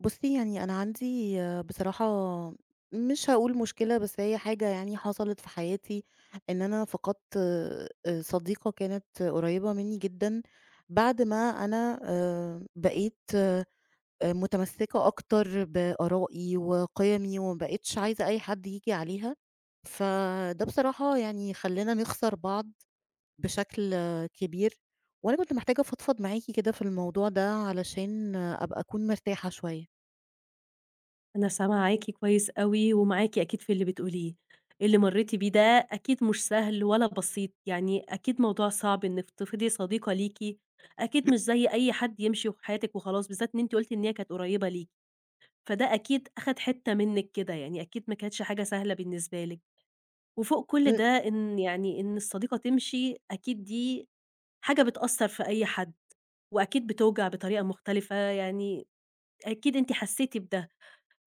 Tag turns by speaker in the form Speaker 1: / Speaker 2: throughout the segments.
Speaker 1: بُصّي، يعني أنا عندي بصراحة مش هاقول مشكلة، بس هي حاجة يعني حصلت في حياتي، إن أنا فقدت صديقة كانت قريّبة منّي جدًا، بعد ما أنا بقيت متمسّكة أكتر بآرائي وقِيَمي وما بقيتش عايزة أي حد ييجي عليها، فده بصراحة يعني خلّانا نخسر بعض بشكل كبير، وأنا كنت محتاجة أفضفض معاكِ كده في الموضوع ده علشان أبقى أكون مرتاحة شوية.
Speaker 2: أنا سامعاكِ كويس أوي، ومعاكِ أكيد في اللي بتقوليه. اللي مرّيتِ بيه ده أكيد مش سهل ولا بسيط، يعني أكيد موضوع صعب إنِّك تفقدي صديقة ليكِ، أكيد مش زي أي حد يمشي في حياتِك وخلاص، بالذات إن أنتِ قُلتِ إن هي كانت قريّبة ليكِ، فده أكيد أخَد حتّة منِّك كده، يعني أكيد ما كانتش حاجة سهلة بالنسبة لِك. وفوق كل ده إن يعني إن الصديقة تمشي، أكيد دي حاجة بتأثّر في أي حد، وأكيد بتوجع بطريقة مختلفة، يعني أكيد أنتِ حسّيتِ بده.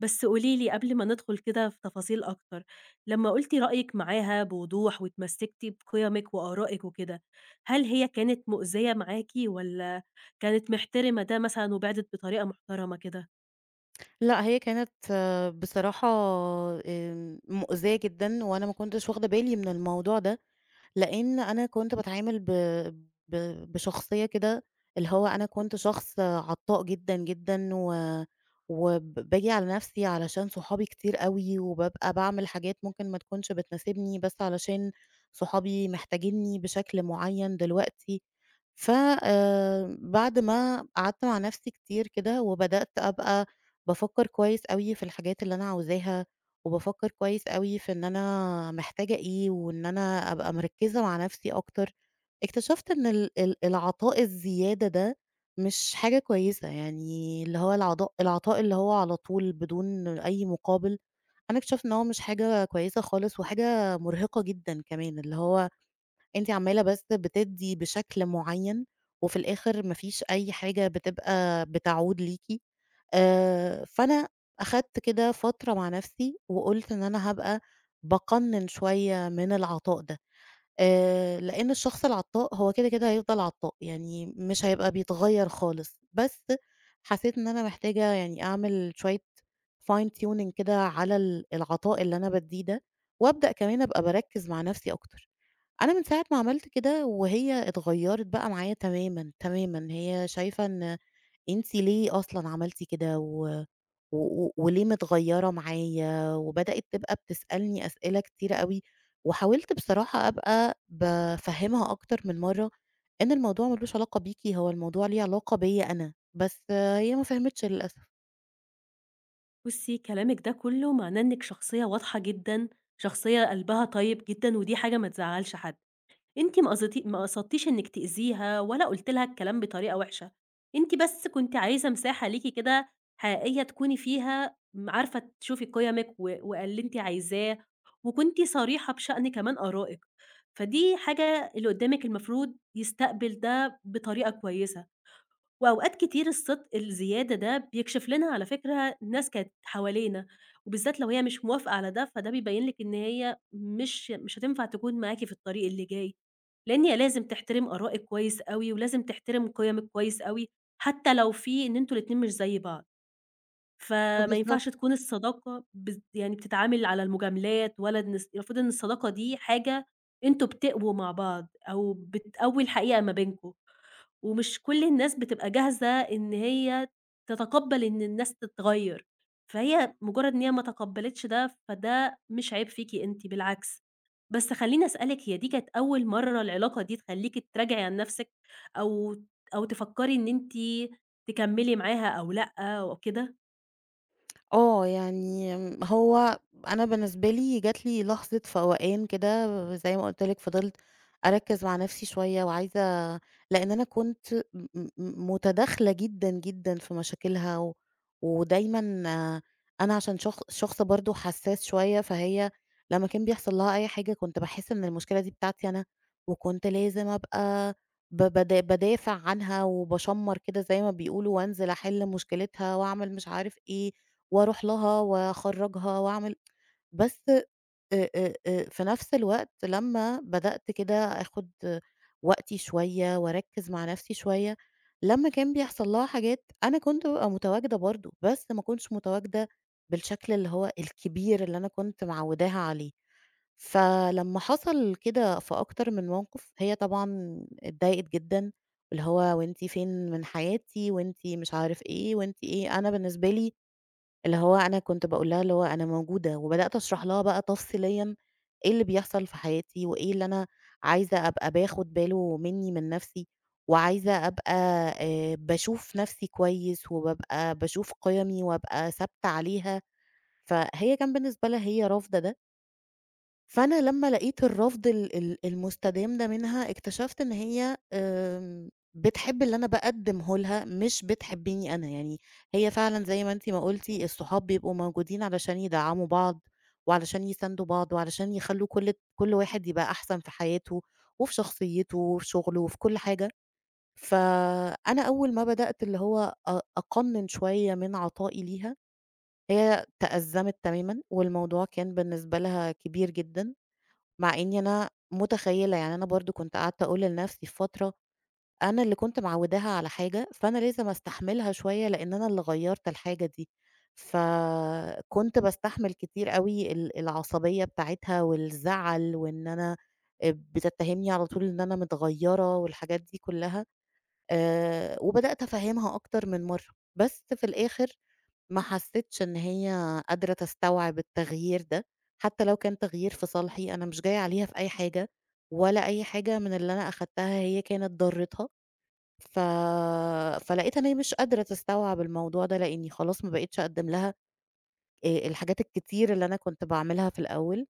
Speaker 2: بس قولي لي قبل ما ندخل كده في تفاصيل أكتر، لمّا قُلتِ رأيِك معاها بوضوح واتمسكتِ بقيمِك وآرائِك وكده، هل هي كانت مؤذية معاكِ والّا كانت محترمة ده مثلًا وبعدِت بطريقة محترمة كده؟
Speaker 1: لأ، هي كانت بصراحة مؤذية جدًا، وأنا ما كنتش واخدة بالي من الموضوع ده، لإن أنا كنت باتعامل ب ب بشخصية كده، اللي هو أنا كنت شخص عطّاء جدًا، جدًا، و وب باجي على نفسي علشان صحابي كتير أوي، وبابقى باعمل حاجات ممكن ما تكونش بتناسبني، بس علشان صحابي محتاجينّي بشكل معيّن دلوقتي. ف بعد ما قعدت مع نفسي كتير كده، وبدأت أبقى بافكّر كويس أوي في الحاجات اللي أنا عاوزاها، وبافكّر كويس أوي في إن أنا محتاجة إيه، وإن أنا أبقى مركّزة مع نفسي أكتر. اكتشفت إن ال ال العطاء الزيادة ده مش حاجة كويسة، يعني اللي هو العطاء اللي هو على طول بدون أي مقابل، أنا اكتشفت إن هو مش حاجة كويسة خالص، وحاجة مرهقة جدًا كمان، اللي هو أنتِ عمّالة بس بتدّي بشكل معيّن، وفي الآخر ما فيش أي حاجة بتبقى بتعود ليكِ، فأنا أخدت كده فترة مع نفسي، وقُلت إن أنا هابقى باقنّن شوية من العطاء ده، لإن الشخص العطاء هو كده، كده هيفضل عطاء، يعني مش هيبقى بيتغيّر خالص، بس حسيت إن أنا محتاجة يعني أعمل شوية fine tuning كده على العطاء اللي أنا بادّيه ده، وأبدأ كمان أبقى باركّز مع نفسي أكتر. أنا من ساعة ما عملت كده وهي اتغيّرت بقى معايا تمامًا، تمامًا، هي شايفة إن أنتِ ليه أصلًا عملتِ كده و وليه متغيّرة معايا، وبدأت تبقى بتسألني أسئلة كتيرة أوي، وحاولت بصراحة أبقى بافهّمها أكتر من مرّة إن الموضوع ما لوش علاقة بيكِ، هو الموضوع ليه علاقة بيّا أنا، بس هي ما فهمتش للأسف.
Speaker 2: بُصّي، كلامِك ده كُلّه معناه إنِّك شخصية واضحة جدًا، شخصية قلبها طيب جدًا ودي حاجة ما تزعّلش حد. أنتِ ما قصدتيش إنِّك تأذيها ولا قُلتِ لها الكلام بطريقة وِحشة، أنتِ بس كنتِ عايزة مساحة ليكِ كده حقيقية تكوني فيها م عارفة تشوفي قِيَمِك و واللي أنتِ عايزاه، وكنتِ صريحة بشأن كمان آرائِك، فدي حاجة اللي قُدّامِك المفروض يستقبل ده بطريقة كويسة. وأوقات كتير الصدق الزيادة ده بيكشف لنا على فكرة ناس كانت حوالينا، وبالذات لو هي مش موافقة على ده، فده بيبين لِك إن هي مش هتنفع تكون معاكِ في الطريق اللي جاي، لإن هي لازم تحترم آرائِك كويس أوي، ولازم تحترم قيمِك كويس أوي، حتى لو في إن أنتم الاتنين مش زي بعض. فما ينفعش تكون الصداقة بز يعني بتتعامل على المجاملات ولا إن الص المفروض إن الصداقة دي حاجة أنتم بتقووا مع بعض أو بتقوي الحقيقة ما بينكم، ومش كل الناس بتبقى جاهزة إن هي تتقبّل إن الناس تتغيّر، فهي مجرّد إن هي ما تقبّلتش ده، فده مش عيب فيكِ أنتِ بالعكس. بس خلّيني أسألِك هي دي كانت أول مرّة العلاقة دي تخلّيكِ تراجعي عن نَفْسِك أو أو تفكّري إن أنتِ تكمّلي معاها أو لأ أو كده؟
Speaker 1: يعني هو أنا بالنسبة لي جات لي لحظة فوقان كده زي ما قُلت لِك فضلت أركّز مع نَفْسي شوية وعايزة لإن أنا كنت م م م متداخلة جدًا، جدًا في مشاكلها ودايمًا أنا عشان شخص برضه حسّاس شوية، فهي لمّا كان بيحصل لها أي حاجة كنت باحس إن المشكلة دي بتاعتي أنا، وكنت لازم أبقى ب بادا بادافع عنها وباشمّر كده زي ما بيقولوا وأنزل أحِل مشكلتها وأعمل مش عارف إيه. وأروح لها وأخرّجها وأعمل بس في نفس الوقت لمّا بدأت كده آخُد وقتي شوية وأركّز مع نفسي شوية، لمّا كان بيحصل لها حاجات أنا كنت بابقى متواجدة برضه، بس ما كنتش متواجدة بالشكل اللي هو الكبير اللي أنا كنت معوّداها عليه. فلمّا حصل كده في أكتر من موقِف، هي طبعًا اتضايقت جدًا، اللي هو "وأنتِ فين من حياتي وأنتِ مش عارف إيه وأنتِ إيه." أنا بالنسبة لي اللي هو أنا كنت باقول لها اللي هو أنا موجودة، وبدأت أشرح لها بقى تفصيليًا إيه اللي بيحصل في حياتي، وإيه اللي أنا عايزة أبقى باخد باله منّي من نَفْسي، وعايزة أبقى باشوف نَفْسي كويس، وبابقى باشوف قِيَمي وأبقى ثابتة عليها، فهي كان بالنسبة لها هي رافضة ده. فأنا لمّا لقيت الرفض ال ال المستدام ده منها، اكتشفت إن هي بتحب اللي أنا باقدّمه لها، مش بتحبّني أنا، يعني هي فعلًا زي ما أنتِ ما قُلتِ الصحاب بيبقوا موجودين علشان يدعّموا بعض، وعلشان يساندوا بعض، وعلشان يخلّوا كل واحد يبقى أحسن في حياته، وفي شخصيته، وفي شغله، وفي كل حاجة. فأنا أول ما بدأت اللي هو أقنّن شوية من عطائي ليها، هي تأزّمت تمامًا، والموضوع كان بالنسبة لها كبير جدًا. مع إني أنا متخيّلة، يعني أنا برضه كنت قعدت أقول لنفسي في فترة، أنا اللي كنت معوّداها على حاجة، فأنا لازم أستحملها شوية لإن أنا اللي غيّرت الحاجة دي، فكنت باستحمل كتير أوي العصبية بتاعتها والزعل وإن أنا بتتهمني على طول إن أنا متغيّرة والحاجات دي كلّها، وبدأت أفهّمها أكتر من مرّة، بس في الآخر ما حسيتش إن هي قادرة تستوعب التغيير ده، حتى لو كان تغيير في صالحي، أنا مش جاية عليها في أي حاجة، ولا أي حاجة من اللي أنا أخدتها هي كانت ضرتها، ف فلقيتها إن هي مش قادرة تستوعب الموضوع ده، لإني خلاص ما بقيتش أقدّم لها الحاجات الكتير اللي أنا كنت باعملها في الأول،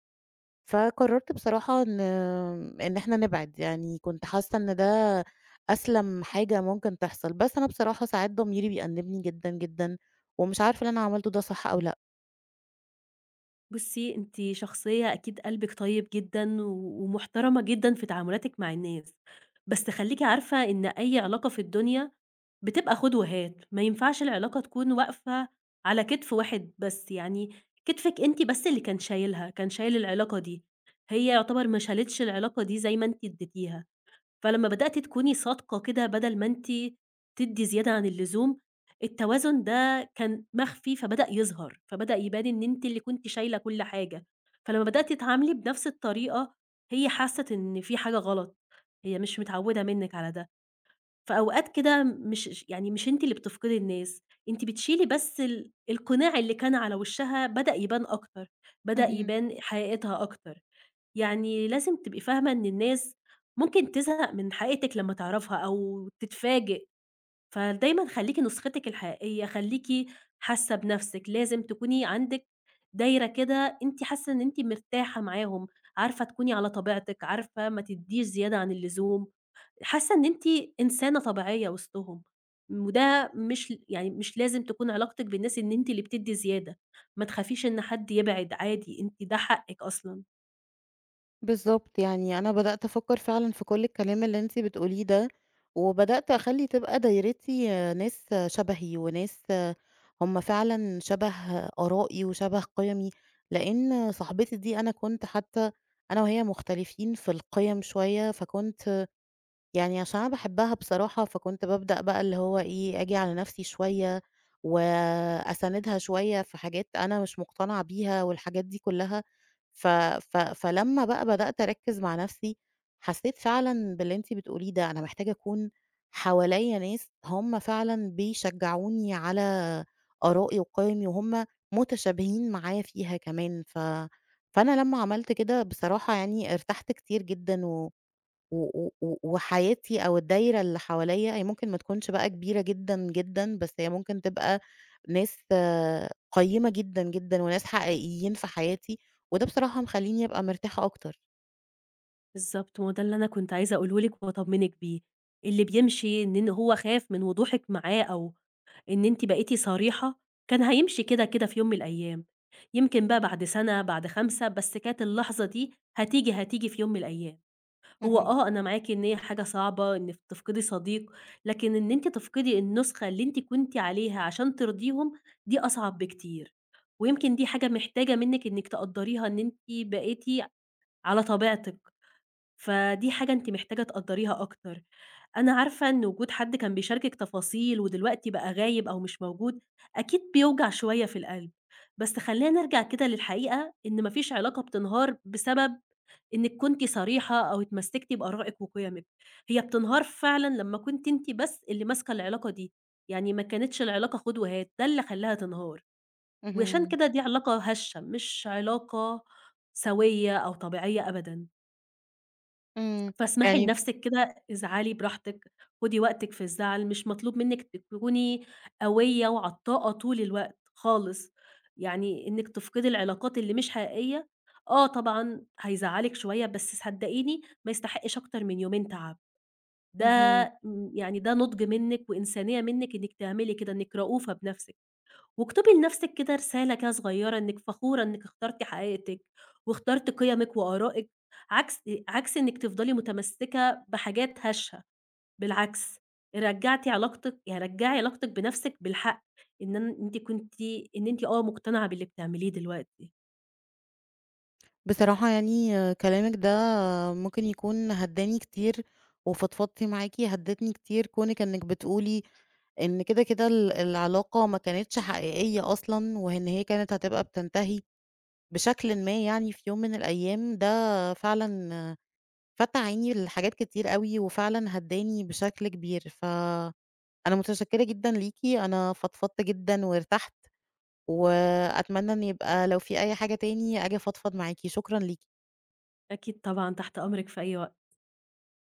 Speaker 1: فقررت بصراحة إن إحنا نبعد، يعني كنت حاسة إن ده أسلم حاجة ممكن تحصل، بس أنا بصراحة ساعات ضميري بيأنبني جدًا، جدًا، ومش عارفة اللي أنا عملته ده صح أو لأ.
Speaker 2: بُصّي، أنتِ شخصية أكيد قلبِك طيب جدًا و ومحترمة جدًا في تعاملاتِك مع الناس، بس خلّيكِ عارفة إن أي علاقة في الدنيا بتبقى خُد وهات، ما ينفعش العلاقة تكون واقفة على كتف واحد بس، يعني كتفِك أنتِ بس اللي كان شايلها، كان شايل العلاقة دي، هي يعتبر ما شالتش العلاقة دي زي ما أنتِ ادّيتيها. فلمّا بدأتِ تكوني صادقة كده بدل ما أنتِ تدّي زيادة عن اللزوم، التوازن ده كان مخفي فبدأ يظهر، فبدأ يبان إن أنتِ اللي كنتِ شايلة كل حاجة، فلمّا بدأتِ تتعاملي بنفس الطريقة هي حَسِّت إن في حاجة غلط، هي مش متعودة منِّك على ده، فأوقات كده مش ش يعني مش أنتِ اللي بتفقدي الناس، أنتِ بتشيلي بس ال القناع اللي كان على وشّها بدأ يبان أكتر، بدأ
Speaker 1: اهم.
Speaker 2: يبان حقيقتها أكتر. يعني لازم تبقي فاهمة إن الناس ممكن تزهق من حقيقتِك لمّا تعرفها أو تتفاجئ، فدايمًا خلّيكِ نسختِك الحقيقية، خلّيكِ حاسة بنفسِك، لازم تكوني عندِك دايرة كده أنتِ حاسة إن أنتِ مرتاحة معاهم، عارفة تكوني على طبيعتِك، عارفة ما تدّيش زيادة عن اللزوم، حاسة إن أنتِ إنسانة طبيعية وسطهم، وده مش ل يعني مش لازم تكون علاقتِك بالناس إن أنتِ اللي بتدّي زيادة، ما تخافيش إن حد يبعد عادي، أنتِ ده حقِك أصلًا.
Speaker 1: بالضبط، يعني أنا بدأت أفكّر فعلًا في كل الكلام اللي أنتِ بتقوليه ده، وبدأت أخلّي تبقى دايرتي ناس شبهي وناس هم فعلًا شبه آرائي وشبه قِيَمي، لإن صاحبتي دي أنا كنت حتى أنا وهي مختلفين في القِيَم شوية، فكنت يعني عشان أنا باحبها بصراحة، فكنت بابدأ بقى اللي هو إيه، آجي على نَفْسي شوية وأساندها شوية في حاجات أنا مش مقتنعة بيها والحاجات دي كُلّها، ف ف فلمّا بقى بدأت أركّز مع نَفْسي، حسّيت فعلًا باللي أنتِ بتقوليه ده، أنا محتاجة أكون حواليّا ناس هم فعلًا بيشجّعوني على آرائي وقِيَمي وهم متشابهين معايا فيها كمان، فأنا لمّا عملت كده بصراحة يعني ارتحت كتير جدًا و و و و وحياتي أو الدايرة اللي حواليّا هي ممكن ما تكونش بقى كبيرة جدًا، جدًا، بس هي ممكن تبقى ناس قيّمة جدًا، جدًا، وناس حقيقيين في حياتي، وده بصراحة مخلّيني أبقى مرتاحة أكتر.
Speaker 2: بالضبط، ما هو ده اللي أنا كنت عايزة أقوله لِك وأطمنِك بيه، اللي بيمشي إن هو خاف من وضوحِك معاه أو إن أنتِ بقيتِ صريحة، كان هيمشي كده، كده في يوم من الأيام، يمكن بقى بعد سنة، بعد 5 بس كانت اللحظة دي هتيجي، هتيجي في يوم من الأيام. هو
Speaker 1: اهم،
Speaker 2: أنا معاكِ إن هي حاجة صعبة إنِك تفقدي صديق، لكن إن أنتِ تفقدي النسخة اللي أنتِ كنتِ عليها عشان ترضيهم، دي أصعب بكتير، ويمكن دي حاجة محتاجة منِك إنِك تقدّريها إن أنتِ بقيتِ على طبيعتِك. فدي حاجة أنتِ محتاجة تقدّريها أكتر. أنا عارفة إن وجود حد كان بيشاركِك تفاصيل ودلوقتي بقى غايب أو مش موجود، أكيد بيوجع شوية في القلب. بس خلّينا نرجع كده للحقيقة إن ما فيش علاقة بتنهار بسبب إنِّك كنتِ صريحة أو اتمسكتِ بآرائِك وقِيَمِك. هي بتنهار فعلًا لمّا كنتِ أنتِ بس اللي ماسكة العلاقة دي، يعني ما كانتش العلاقة خُد وهات، ده اللي خلّاها تنهار. وعشان
Speaker 1: اهم،
Speaker 2: كده دي علاقة هشة، مش علاقة سوية أو طبيعية أبدًا.
Speaker 1: إمم،
Speaker 2: فاسمحي
Speaker 1: يعني
Speaker 2: لنفسِك كده ازعلي براحتك، خدي وقتِك في الزعل، مش مطلوب منِّك تكوني قوية وعطّاءة طول الوقت خالص، يعني إنِّك تفقدي العلاقات اللي مش حقيقية، آه طبعًا هيزعّلِك شوية، بس صدقيني ما يستحقش أكتر من يومين تعب، ده
Speaker 1: اهم،
Speaker 2: م يعني ده نُضْج منِّك وإنسانية منِّك إنِّك تعملي كده، إنِّك رؤوفة بنفسِك. واكتبي لنفسِك كده رسالة كده صغيّرة إنِّك فخورة إنِّك اخترتِ حقيقتِك، واخترتِ قِيَمِك وآرائِك، عكس عكس إنِّك تفضلي متمسكة بحاجات هشة، بالعكس رجّعتِ علاقتِك يعني رجّعي علاقتِك بنفسِك بالحق، إن أن أنتِ كنتِ إن أنتِ مقتنعة باللي بتعمليه دلوقتي.
Speaker 1: بصراحة يعني كلامِك ده ممكن يكون هدّاني كتير، وفضفضت معاكِ هدّتني كتير، كونِك إنِك بتقولي إن كده، كده العلاقة ما كانتش حقيقية أصلًا، وإن هي كانت هتبقى بتنتهي. بشكلٍ ما يعني في يوم من الأيام، ده فعلًا فتَّح عيني لحاجات كتير أوي، وفعلًا هدّاني بشكل كبير، فأنا متشكرة جدًا ليكِ، أنا فضفضت جدًا وارتحت، وأتمنى إن يبقى لو في أي حاجة تاني آجي أفضفض معاكِ، شكرًا ليكِ.
Speaker 2: أكيد طبعًا، تحت أمرِك في أي وقت.